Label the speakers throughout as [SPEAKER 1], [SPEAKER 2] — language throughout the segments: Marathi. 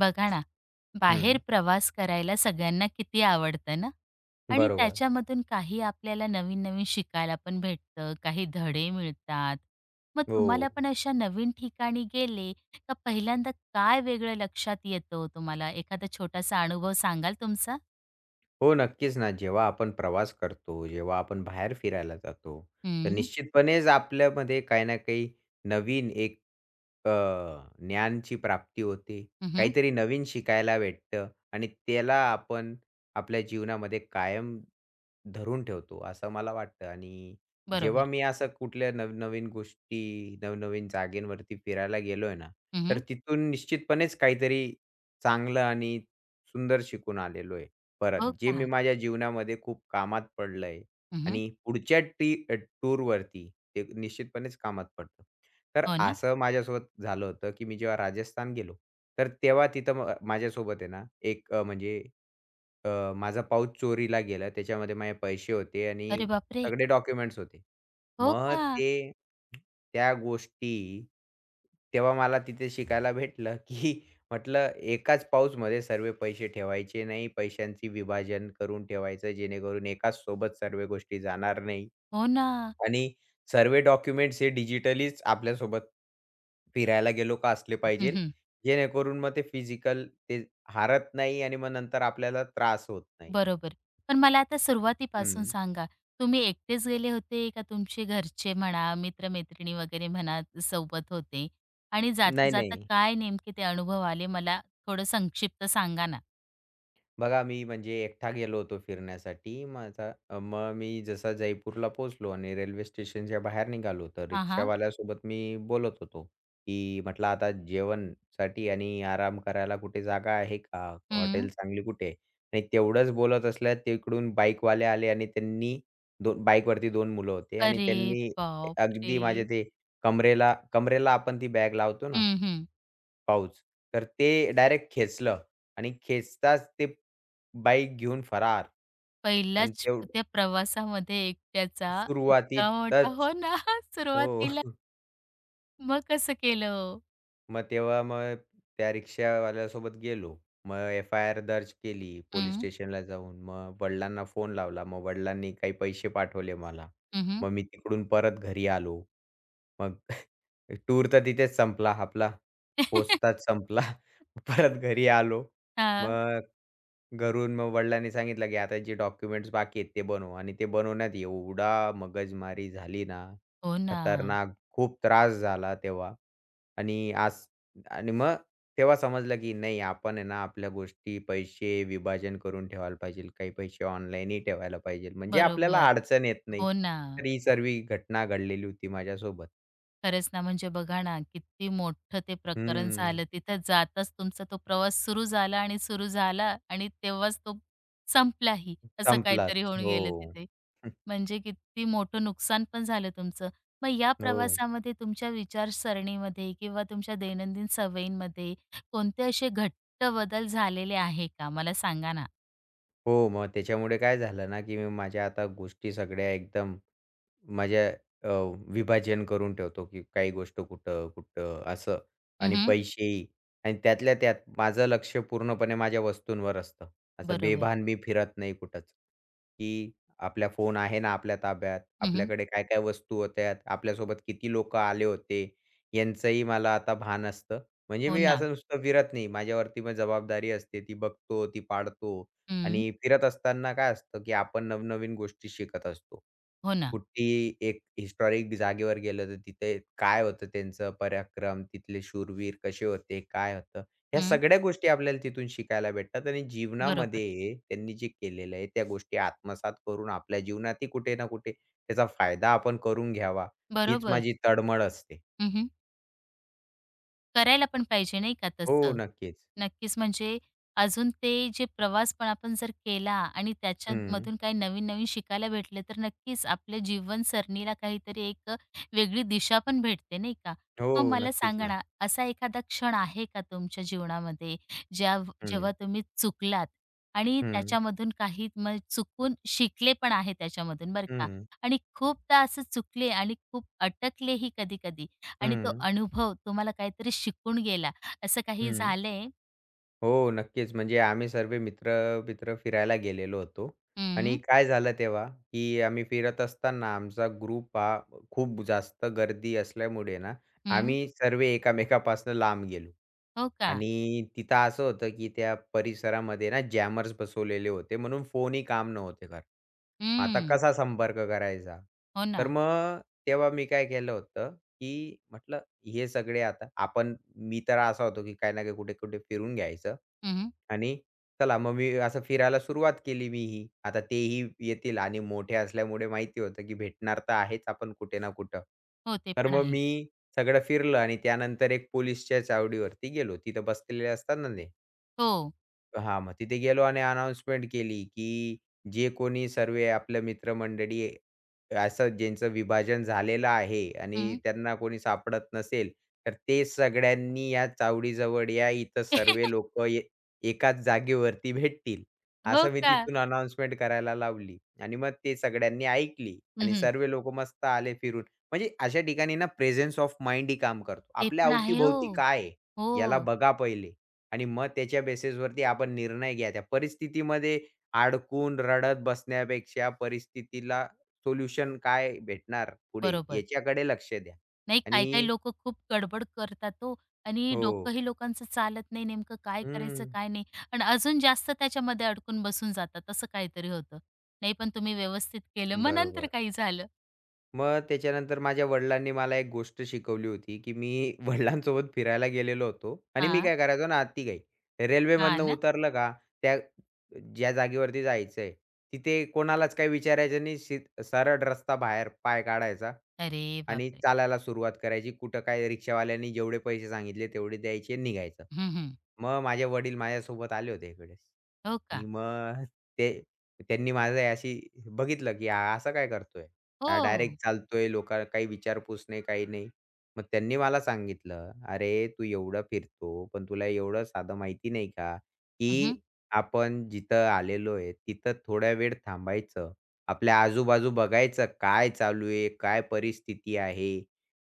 [SPEAKER 1] बघा ना,
[SPEAKER 2] हं,
[SPEAKER 1] बाहेर प्रवास करायला सगळ्यांना किती आवडतं ना आणि
[SPEAKER 2] बरोबर.
[SPEAKER 1] त्याच्यामधून काही आपल्याला नवीन-नवीन शिकायला पण भेटतं, काही धडे मिळतात. मग
[SPEAKER 2] हो.
[SPEAKER 1] तुम्हाला पण अशा नवीन ठिकाणी गेले का पहिल्यांदा काय वेगळं लक्षात येतं ओ तुम्हाला? एखादा छोटासा अनुभव सांगाल तुमचा?
[SPEAKER 2] हो, नक्कीच ना. जेव्हा आपण प्रवास करतो, जेव्हा आपण बाहेर फिरायला जातो, तर
[SPEAKER 1] हं,
[SPEAKER 2] निश्चितपणेच आपल्यामध्ये काही ना काही नवीन एक अ, ज्ञानची प्राप्ती होते.
[SPEAKER 1] हं,
[SPEAKER 2] काहीतरी नवीन शिकायला भेटतं आणि त्याला आपण आपल्या जीवनामध्ये कायम धरून ठेवतो, असं मला वाटतं. आणि जेव्हा
[SPEAKER 1] बरोबर.
[SPEAKER 2] मी असं कुठल्या नवनवीन गोष्टी, नवनवीन जागेवरती फिरायला गेलोय ना, तर
[SPEAKER 1] हं,
[SPEAKER 2] तिथून निश्चितपणेच काहीतरी चांगलं आणि सुंदर शिकून आलेलो आहे परत.
[SPEAKER 1] हो
[SPEAKER 2] जे मी
[SPEAKER 1] का?
[SPEAKER 2] माझ्या जीवनामध्ये खूप कामात पडलंय
[SPEAKER 1] हं,
[SPEAKER 2] आणि पुढच्या टूरवरती ते निश्चितपणेच कामात पडतं. तर
[SPEAKER 1] हो ना?
[SPEAKER 2] असं माझ्यासोबत झालं होतं, की मी जेव्हा राजस्थान गेलो, तर तेव्हा तिथं माझ्यासोबत आहे ना, एक म्हणजे माझा पाऊच चोरीला गेला. त्याच्यामध्ये माझे पैसे होते आणि
[SPEAKER 1] अरे बापरे!
[SPEAKER 2] सगळे डॉक्युमेंट्स होते.
[SPEAKER 1] हो
[SPEAKER 2] मग
[SPEAKER 1] का?
[SPEAKER 2] ते त्या गोष्टी तेव्हा मला तिथे शिकायला भेटलं, की म्हटलं एकाच पाऊचमध्ये सर्व पैसे ठेवायचे नाही. पैशांची विभाजन करून ठेवायचं जेणेकरून एकाच सोबत सर्व गोष्टी जाणार नाही.
[SPEAKER 1] हो ना.
[SPEAKER 2] आणि सर्व डॉक्युमेंट्स हे डिजिटलीच आपल्यासोबत फिरायला गेलो का असले पाहिजे. जेणेकरून मग ते फिजिकल ते हारत नाही आणि मग नंतर आपल्याला त्रास होत नाही.
[SPEAKER 1] बरोबर. पण मला आता सुरुवातीपासून
[SPEAKER 2] हं.
[SPEAKER 1] सांगा, तुम्ही एकटेच गेले होते का तुमचे घरचे म्हणा, मित्र-मैत्रिणी वगैरे म्हणा सोबत होते? आणि
[SPEAKER 2] नाही,
[SPEAKER 1] जाता-जाता
[SPEAKER 2] नाही.
[SPEAKER 1] काय नेमके ते अनुभव आले मला थोडं संक्षिप्त सांगा ना?
[SPEAKER 2] बघा, मी म्हणजे एकटा गेलो होतो फिरण्यासाठी. माझा मग मी जसा जयपूरला पोहोचलो आणि रेल्वे स्टेशनच्या बाहेर निघालो, तर
[SPEAKER 1] हां, हां.
[SPEAKER 2] रिक्षावाल्यासोबत मी बोलत होतो, की म्हटलं, "आता जेवणसाठी आणि आराम करायला कुठे जागा आहे का?
[SPEAKER 1] हं.
[SPEAKER 2] हॉटेल चांगली कुठे आहे?" आणि तेवढंच बोलत असल्यात तिकडून बाईकवाले आले आणि त्यांनी दोन बाईकवरती 2 मुलं होते आणि
[SPEAKER 1] अरे
[SPEAKER 2] त्यांनी
[SPEAKER 1] बापरे!
[SPEAKER 2] अगदी माझ्या ते कमरेला कमरेला आपण ती बॅग लावतो ना?
[SPEAKER 1] हं, हं.
[SPEAKER 2] पाऊच. तर ते डायरेक्ट खेचलं आणि खेचताच ते बाईक घेऊन फरार. आणि
[SPEAKER 1] पहिलाच
[SPEAKER 2] तेवढं
[SPEAKER 1] त्या प्रवासामध्ये एकट्याचा इतका मोठा
[SPEAKER 2] सुरुवातीतच.
[SPEAKER 1] हो ना,
[SPEAKER 2] हो.
[SPEAKER 1] सुरुवातीला. मग कसं केलं हो?
[SPEAKER 2] मग तेव्हा मग त्या रिक्षावाल्यासोबत गेलो. मग एफ-आय-आर दर्ज केली पोलीस
[SPEAKER 1] हं.
[SPEAKER 2] स्टेशनला जाऊन. मग वडिलांना फोन लावला. मग वडिलांनी काही पैसे पाठवले मला.
[SPEAKER 1] हं, हं.
[SPEAKER 2] मग मी तिकडून परत घरी आलो. मग टूर तर तिथेच संपला आपला. पोहोचताच संपला. परत घरी आलो. मग घरून मग वडिलांनी सांगितलं, की आता जे डॉक्युमेंट्स बाकी आहेत ते बनव आणि ते बनवण्यात एवढा मगजमारी झाली ना,
[SPEAKER 1] हो ना.
[SPEAKER 2] खतरनाक खूप त्रास झाला तेव्हा. आणि आज आणि मग तेव्हा समजलं, की नाही आपण आहे ना आपल्या गोष्टी, पैसे विभाजन करून ठेवायला पाहिजे. काही पैसे ऑनलाईनही ठेवायला पाहिजे. म्हणजे आपल्याला
[SPEAKER 1] बरोबर.
[SPEAKER 2] अडचण येत नाही.
[SPEAKER 1] हो ना.
[SPEAKER 2] तर ही सर्व घटना घडलेली होती माझ्यासोबत.
[SPEAKER 1] खरंच ना, म्हणजे बघा ना, किती मोठं ते प्रकरण
[SPEAKER 2] हं.
[SPEAKER 1] झालं. तिथं जाताच तुमचा तो प्रवास सुरू झाला आणि सुरू झाला आणि तेव्हाच तो संपलाही, असं
[SPEAKER 2] संपलाच.
[SPEAKER 1] काहीतरी होऊन
[SPEAKER 2] हो.
[SPEAKER 1] गेलं तिथे. म्हणजे किती मोठं नुकसान पण झालं तुमचं. मग या
[SPEAKER 2] हो.
[SPEAKER 1] प्रवासामध्ये तुमच्या विचारसरणीमध्ये किंवा तुमच्या दैनंदिन सवयींमध्ये कोणते असे घट्ट बदल झालेले आहे का? मला सांगा ना?
[SPEAKER 2] हो, मग त्याच्यामुळे काय झालं ना, की मी माझ्या आता गोष्टी सगळ्या एकदम माझ्या अ, विभाजन करून ठेवतो, की काही गोष्ट कुठं, कुठं असं आणि
[SPEAKER 1] हं,
[SPEAKER 2] पैसेही. आणि त्यातल्या त्यात माझं लक्ष पूर्णपणे माझ्या वस्तूंवर असतं. असं
[SPEAKER 1] बरोबर.
[SPEAKER 2] बेभान मी फिरत नाही कुठंच, की आपला फोन आहे ना आपल्या ताब्यात,
[SPEAKER 1] हं,
[SPEAKER 2] आपल्याकडे काय-काय वस्तू होत्या, आपल्यासोबत किती लोकं आले होते, यांचंही मला आता भान असतं. म्हणजे
[SPEAKER 1] हो
[SPEAKER 2] मी
[SPEAKER 1] ना.
[SPEAKER 2] असं नुसतं फिरत नाही. माझ्यावरती मग जबाबदारी असते, ती बघतो, ती पाळतो.
[SPEAKER 1] हं.
[SPEAKER 2] आणि फिरत असताना काय असतं, की आपण नवनवीन गोष्टी शिकत असतो.
[SPEAKER 1] हो ना.
[SPEAKER 2] कुठली एक हिस्टॉरिक जागेवर गेलं, तर तिथे काय होतं त्यांचं पराक्रम, तिथले शूरवीर कसे होते, काय होतं? ह्या
[SPEAKER 1] हं.
[SPEAKER 2] सगळ्या गोष्टी आपल्याला तिथून शिकायला भेटतात आणि
[SPEAKER 1] बरोबर.
[SPEAKER 2] जीवनामध्ये त्यांनी जे केलेलं आहे, त्या गोष्टी आत्मसात करून आपल्या जीवनातही कुठे ना कुठे त्याचा फायदा आपण करून घ्यावा, हीच
[SPEAKER 1] बरोबर.
[SPEAKER 2] माझी तळमळ असते.
[SPEAKER 1] करायला पण पाहिजे नाही का
[SPEAKER 2] हो,
[SPEAKER 1] तसं.
[SPEAKER 2] नक्कीच.
[SPEAKER 1] नक्कीच. म्हणजे अजून ते जे प्रवास पण आपण जर केला आणि
[SPEAKER 2] हं.
[SPEAKER 1] त्याच्यामधून काही नवीन-नवीन शिकायला भेटले, तर नक्कीच आपल्या जीवनसरणीला काहीतरी एक वेगळी दिशा पण भेटते, नाही का?
[SPEAKER 2] हो,
[SPEAKER 1] मग मला
[SPEAKER 2] नक्कीच
[SPEAKER 1] सांगा
[SPEAKER 2] ना.
[SPEAKER 1] ना, असा एखादा क्षण आहे का तुमच्या जीवनामध्ये, ज्या
[SPEAKER 2] हं,
[SPEAKER 1] जेव्हा तुम्ही चुकलात आणि
[SPEAKER 2] हं,
[SPEAKER 1] त्याच्यामधून काही मग चुकून शिकले पण आहे त्याच्यामधून, बरं का?
[SPEAKER 2] हं,
[SPEAKER 1] आणि खूपदा असं चुकले आणि खूप अटकलेही कधी-कधी आणि तो
[SPEAKER 2] हं,
[SPEAKER 1] अनुभव तुम्हाला काहीतरी शिकून गेला, असं काही
[SPEAKER 2] हं.
[SPEAKER 1] झालंय?
[SPEAKER 2] हो, नक्कीच. म्हणजे आम्ही सर्व मित्र-मित्र फिरायला गेलेलो होतो आणि
[SPEAKER 1] हं,
[SPEAKER 2] काय झालं तेव्हा, की आम्ही फिरत असताना आमचा ग्रुप हा खूप जास्त गर्दी असल्यामुळे ना,
[SPEAKER 1] हं.
[SPEAKER 2] आम्ही सर्व एकामेकापासून लांब गेलो.
[SPEAKER 1] हो का?
[SPEAKER 2] आणि तिथं असं होतं, की त्या परिसरामध्ये ना जॅमर्स बसवलेले होते म्हणून फोनही काम नव्हते करत. आता
[SPEAKER 1] हं.
[SPEAKER 2] कसा संपर्क करायचा?
[SPEAKER 1] हो
[SPEAKER 2] तर
[SPEAKER 1] ना.
[SPEAKER 2] मग तेव्हा मी काय केलं होतं, की म्हटलं हे सगळे आता आपण मी तर असा होतो, की काही ना काही कुठे-कुठे फिरून घ्यायचं.
[SPEAKER 1] हं, हं.
[SPEAKER 2] आणि चला मग मी असं फिरायला सुरुवात केली मीही. आता तेही येतील आणि मोठे असल्यामुळे माहिती होतं, की भेटणार तर आहेच आपण कुठे ना कुठं.
[SPEAKER 1] हो, ते
[SPEAKER 2] तर
[SPEAKER 1] पण
[SPEAKER 2] मग
[SPEAKER 1] आहे.
[SPEAKER 2] मी सगळं फिरलं आणि त्यानंतर एक पोलिसच्या चावडीवरती गेलो. तिथं बसलेले असतात ना ते.
[SPEAKER 1] हो.
[SPEAKER 2] हा मग तिथे गेलो आणि अनाउन्समेंट केली, की जे कोणी सर्व आपलं मित्रमंडळी असं ज्यांचं विभाजन झालेलं आहे आणि
[SPEAKER 1] हं.
[SPEAKER 2] त्यांना कोणी सापडत नसेल, तर ते सगळ्यांनी या चावडीजवळ या. इथं सर्व लोकं एकाच जागेवरती भेटतील.
[SPEAKER 1] हो
[SPEAKER 2] असं मी
[SPEAKER 1] का?
[SPEAKER 2] तिथून अनाउन्समेंट करायला लावली आणि मग ते सगळ्यांनी ऐकली
[SPEAKER 1] हं,
[SPEAKER 2] आणि
[SPEAKER 1] हं.
[SPEAKER 2] सर्व लोकं मस्त आले फिरून. म्हणजे अशा ठिकाणी ना प्रेझेन्स ऑफ माइंड ही काम करतो.
[SPEAKER 1] ते
[SPEAKER 2] आपल्या
[SPEAKER 1] पण आहे हो.
[SPEAKER 2] अवतीभोवती काय आहे?
[SPEAKER 1] हो,
[SPEAKER 2] याला बघा पहिले. आणि मग त्याच्या बेसिसवरती आपण निर्णय घ्या. त्या परिस्थितीमध्ये अडकून रडत बसण्यापेक्षा परिस्थितीला सोल्युशन काय भेटणार पुढे
[SPEAKER 1] बरोबर.
[SPEAKER 2] याच्याकडे लक्ष द्या.
[SPEAKER 1] नाही काही-काही
[SPEAKER 2] आणि
[SPEAKER 1] लोकं खूप गडबड करतात हो आणि
[SPEAKER 2] हो.
[SPEAKER 1] डोकंही लोकांचं चालत नाही. नेमकं काय करायचं,
[SPEAKER 2] हं.
[SPEAKER 1] काय नाही आणि अजून जास्त त्याच्यामध्ये अडकून बसून जातात. असं काहीतरी होतं. नाही पण तुम्ही व्यवस्थित केलं. मग नंतर
[SPEAKER 2] बरोबर.
[SPEAKER 1] काही झालं?
[SPEAKER 2] मग त्याच्यानंतर माझ्या वडिलांनी मला एक गोष्ट शिकवली होती, की मी वडिलांसोबत फिरायला गेलेलो होतो आणि मी
[SPEAKER 1] हां.
[SPEAKER 2] काय करायचो ना आत्ती अतिघाई.
[SPEAKER 1] हां
[SPEAKER 2] रेल्वेमधनं
[SPEAKER 1] ना.
[SPEAKER 2] उतरलं का त्या ज्या जागेवरती जायचंय, तिथे कोणालाच काही विचारायचं नाही. सरळ रस्ता बाहेर पाय काढायचा
[SPEAKER 1] अरे
[SPEAKER 2] आणि
[SPEAKER 1] बापरे!
[SPEAKER 2] चालायला सुरुवात करायची. कुठं काय रिक्षावाल्यानी जेवढे पैसे सांगितले तेवढे द्यायचे निघायचं.
[SPEAKER 1] हं, हं.
[SPEAKER 2] मग माझे वडील माझ्यासोबत आले होते एकवेळेस
[SPEAKER 1] हो का?
[SPEAKER 2] आणि मग ते त्यांनी माझं अशी बघितलं, की हा असा काय करतोय?
[SPEAKER 1] हो.
[SPEAKER 2] डायरेक्ट चालतोय, लोकांना काही विचारपूस नाही, काही नाही. मग त्यांनी मला सांगितलं, "अरे, तू एवढं फिरतो, पण तुला एवढं साधं माहिती नाही का,
[SPEAKER 1] हं, हं.
[SPEAKER 2] की आपण जिथं आलेलो आहे, तिथं थोडा वेळ थांबायचं. आपल्या आजूबाजू बघायचं, काय चालू आहे, काय परिस्थिती आहे,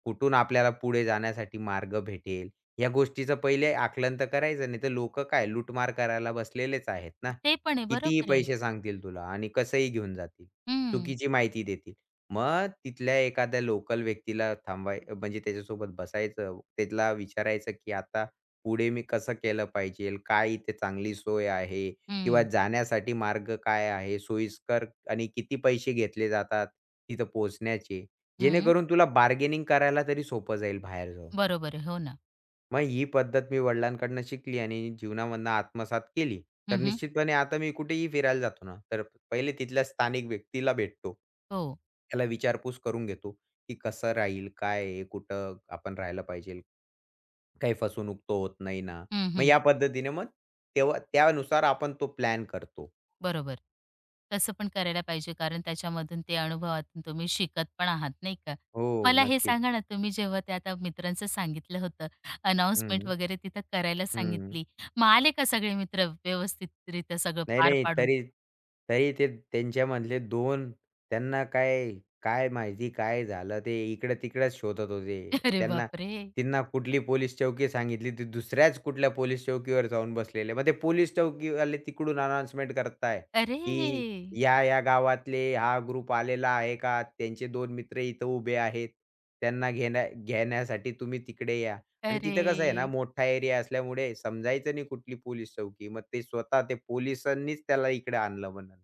[SPEAKER 2] कुठून आपल्याला पुढे जाण्यासाठी मार्ग भेटेल." या गोष्टीचं पहिले आकलन तर करायचं, नाही तर लोकं काय लूटमार करायला बसलेलेच आहेत ना.
[SPEAKER 1] ते पण आहे.
[SPEAKER 2] कितीही
[SPEAKER 1] बरोबर आहे.
[SPEAKER 2] पैसे सांगतील तुला आणि कसंही घेऊन जातील.
[SPEAKER 1] हं.
[SPEAKER 2] चुकीची माहिती देतील. मग तिथल्या एखाद्या लोकल व्यक्तीला थांबवाय म्हणजे त्याच्यासोबत बसायचं. त्याला विचारायचं, की आता पुढे मी कसं केलं पाहिजे? काय इथे चांगली सोय आहे? किंवा
[SPEAKER 1] हं,
[SPEAKER 2] जाण्यासाठी मार्ग काय आहे? सोयीस्कर आणि किती पैसे घेतले जातात तिथं पोहोचण्याचे?
[SPEAKER 1] हं.
[SPEAKER 2] जेणेकरून तुला बार्गेनिंग करायला तरी सोपं जाईल बाहेर जाऊन.
[SPEAKER 1] बरोबर आहे. हो ना.
[SPEAKER 2] मग ही पद्धत मी वडिलांकडनं शिकली आणि जीवनामधनं आत्मसात केली.
[SPEAKER 1] हं,
[SPEAKER 2] तर
[SPEAKER 1] हं.
[SPEAKER 2] निश्चितपणे आता मी कुठेही फिरायला जातो ना, तर पहिले तिथल्या स्थानिक व्यक्तीला भेटतो.
[SPEAKER 1] हो.
[SPEAKER 2] त्याला विचारपूस करून घेतो, की कसं राहील, काय आहे, कुठं आपण राहायला पाहिजे, काही फसवणूक तर होत नाही ना.
[SPEAKER 1] हं,
[SPEAKER 2] मग
[SPEAKER 1] हं.
[SPEAKER 2] या पद्धतीने मग तेव्हा त्यानुसार आपण तो प्लॅन करतो.
[SPEAKER 1] बरोबर. तसं पण करायला पाहिजे कारण त्याच्यामधून ते अनुभवातून तुम्ही शिकत पण आहात, नाही का?
[SPEAKER 2] हो,
[SPEAKER 1] मला हे
[SPEAKER 2] नक्कीच.
[SPEAKER 1] सांगा ना, तुम्ही जेव्हा ते आता मित्रांचं सांगितलं होतं, अनाउन्समेंट
[SPEAKER 2] हं,
[SPEAKER 1] वगैरे तिथं करायला
[SPEAKER 2] हं.
[SPEAKER 1] सांगितली. मग आले का सगळे मित्र व्यवस्थितरित्या सगळं
[SPEAKER 2] नाही,
[SPEAKER 1] पार
[SPEAKER 2] नाही.
[SPEAKER 1] पाडून?
[SPEAKER 2] तरी तरी ते त्यांच्यामधले 2 त्यांना काय, काय माहिती काय झालं ते इकडं-तिकडंच शोधत होते.
[SPEAKER 1] अरे
[SPEAKER 2] त्यांना
[SPEAKER 1] बापरे!
[SPEAKER 2] त्यांना कुठली पोलीस चौकी सांगितली, ती दुसऱ्याच कुठल्या पोलीस चौकीवर जाऊन बसलेले. मग ते पोलीस चौकीवाले तिकडून अनाउन्समेंट करताय,
[SPEAKER 1] अरे!
[SPEAKER 2] की या-या गावातले हा ग्रुप आलेला आहे का? त्यांचे दोन मित्र इथं उभे आहेत. त्यांना घेण्यासाठी तुम्ही तिकडे या. आणि तिथं कसं आहे ना,
[SPEAKER 1] अरे!
[SPEAKER 2] मोठा एरिया असल्यामुळे समजायचं नाही कुठली पोलीस चौकी. मग ते स्वतः ते पोलिसांनीच त्याला इकडे आणलं म्हणून.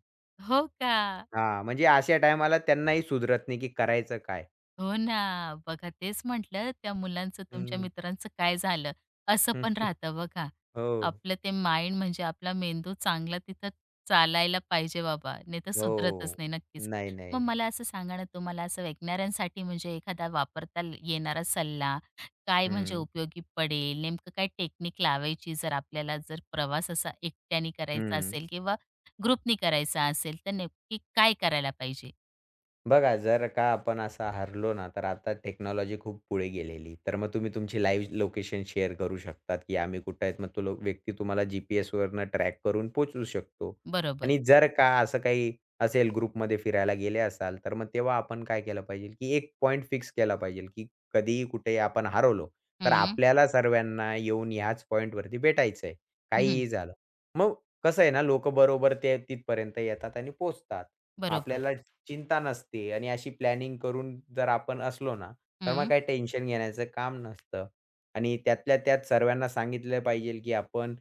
[SPEAKER 1] हो का?
[SPEAKER 2] हां, म्हणजे अशा टायमाला त्यांनाही सुधरत नाही की करायचं काय?
[SPEAKER 1] हो ना. बघा तेच म्हटलं त्या मुलांचं, तुमच्या
[SPEAKER 2] हं.
[SPEAKER 1] मित्रांचं काय झालं? असं पण राहतं बघा.
[SPEAKER 2] हो,
[SPEAKER 1] आपलं ते माइंड म्हणजे आपला मेंदू चांगला तिथं चालायला पाहिजे बाबा, नाहीतर
[SPEAKER 2] हो.
[SPEAKER 1] सुधरतच नाही नक्कीच.
[SPEAKER 2] नाही, नाही,
[SPEAKER 1] मग
[SPEAKER 2] नाही.
[SPEAKER 1] मला असं सांगा ना, तुम्हाला असं ऐकणाऱ्यांसाठी म्हणजे एखादा वापरता येणारा सल्ला, काय म्हणजे
[SPEAKER 2] हं,
[SPEAKER 1] उपयोगी पडेल? नेमकं काय टेक्निक लावायची जर आपल्याला जर प्रवास असा एकट्याने करायचा
[SPEAKER 2] हं.
[SPEAKER 1] असेल किंवा ग्रुपनी करायचा असेल, तर नक्की काय करायला पाहिजे?
[SPEAKER 2] बघा, जर का आपण असं हारलो ना, तर आता टेक्नॉलॉजी खूप पुढे गेलेली. तर मग तुम्ही तुमची लाईव्ह लोकेशन शेअर करू शकतात, की आम्ही कुठे आहेत. मग तो लो व्यक्ती तुम्हाला जी-पी-एसवरनं ट्रॅक करून पोहोचू शकतो.
[SPEAKER 1] बरोबर.
[SPEAKER 2] आणि जर का असं काही असेल ग्रुपमध्ये फिरायला गेले असाल, तर मग तेव्हा आपण काय केलं पाहिजे, की एक पॉइंट फिक्स केला पाहिजे, की कधीही कुठेही आपण हरवलो, तर
[SPEAKER 1] हं.
[SPEAKER 2] आपल्याला सर्वांना येऊन ह्याच पॉइंटवरती भेटायचं आहे,
[SPEAKER 1] हं,
[SPEAKER 2] काहीही झालं. मग कसं आहे ना, लोकं बरोबर ते तिथपर्यंत येतात आणि पोहोचतात.
[SPEAKER 1] बरोबर.
[SPEAKER 2] आपल्याला चिंता नसते आणि अशी प्लॅनिंग करून जर आपण असलो ना, तर मग
[SPEAKER 1] हं,
[SPEAKER 2] काही टेन्शन घेण्याचं काम नसतं. आणि त्यातल्या त्यात सर्वांना सांगितलं पाहिजे, की आपण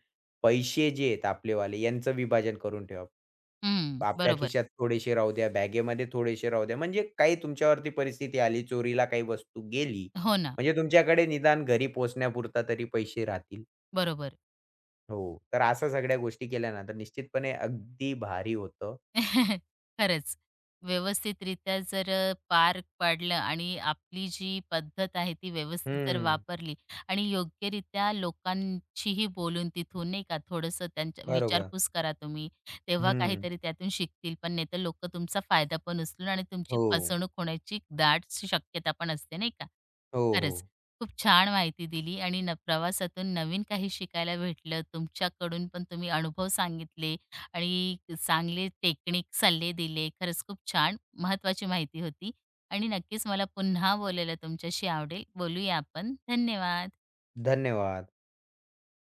[SPEAKER 2] पैसे जे आहेत आपलेवाले यांचं विभाजन करून ठेवा.
[SPEAKER 1] हं.
[SPEAKER 2] आपल्या
[SPEAKER 1] बरोबर.
[SPEAKER 2] खिशात थोडेसे राहू द्या, बॅगेमध्ये थोडेसे राहू द्या. म्हणजे काही तुमच्यावरती परिस्थिती आली, चोरीला काही वस्तू गेली,
[SPEAKER 1] हो ना.
[SPEAKER 2] म्हणजे तुमच्याकडे निदान घरी पोहोचण्यापुरता तरी पैसे राहतील.
[SPEAKER 1] बरोबर.
[SPEAKER 2] हो, तर अशा सगळ्या गोष्टी केल्या ना, तर निश्चितपणे अगदी भारी होतं.
[SPEAKER 1] खरंच. व्यवस्थितरित्या जर पार पाडलं आणि आपली जी पद्धत आहे ती व्यवस्थित जर
[SPEAKER 2] हं.
[SPEAKER 1] वापरली आणि योग्यरित्या लोकांशीही बोलून तिथून नाही का थोडंसं त्यांच्या
[SPEAKER 2] बरोबर.
[SPEAKER 1] विचारपूस करा तुम्ही. तेव्हा
[SPEAKER 2] हं.
[SPEAKER 1] काहीतरी त्यातून शिकतील. पण नाहीतर लोकं तुमचा फायदा पण उचलून आणि तुमची
[SPEAKER 2] हो.
[SPEAKER 1] फसवणूक होण्याची दाट शक्यता पण असते नाही का?
[SPEAKER 2] हो, हो.
[SPEAKER 1] खरंच. खूप छान माहिती दिली आणि न प्रवासातून नवीन काही शिकायला भेटलं. तुमच्याकडून पण तुम्ही अनुभव सांगितले आणि चांगले टेक्निक सल्ले दिले. खरंच खूप छान महत्त्वाची माहिती होती आणि नक्कीच मला पुन्हा बोलायला तुमच्याशी आवडेल. बोलूया आपण. धन्यवाद.
[SPEAKER 2] धन्यवाद.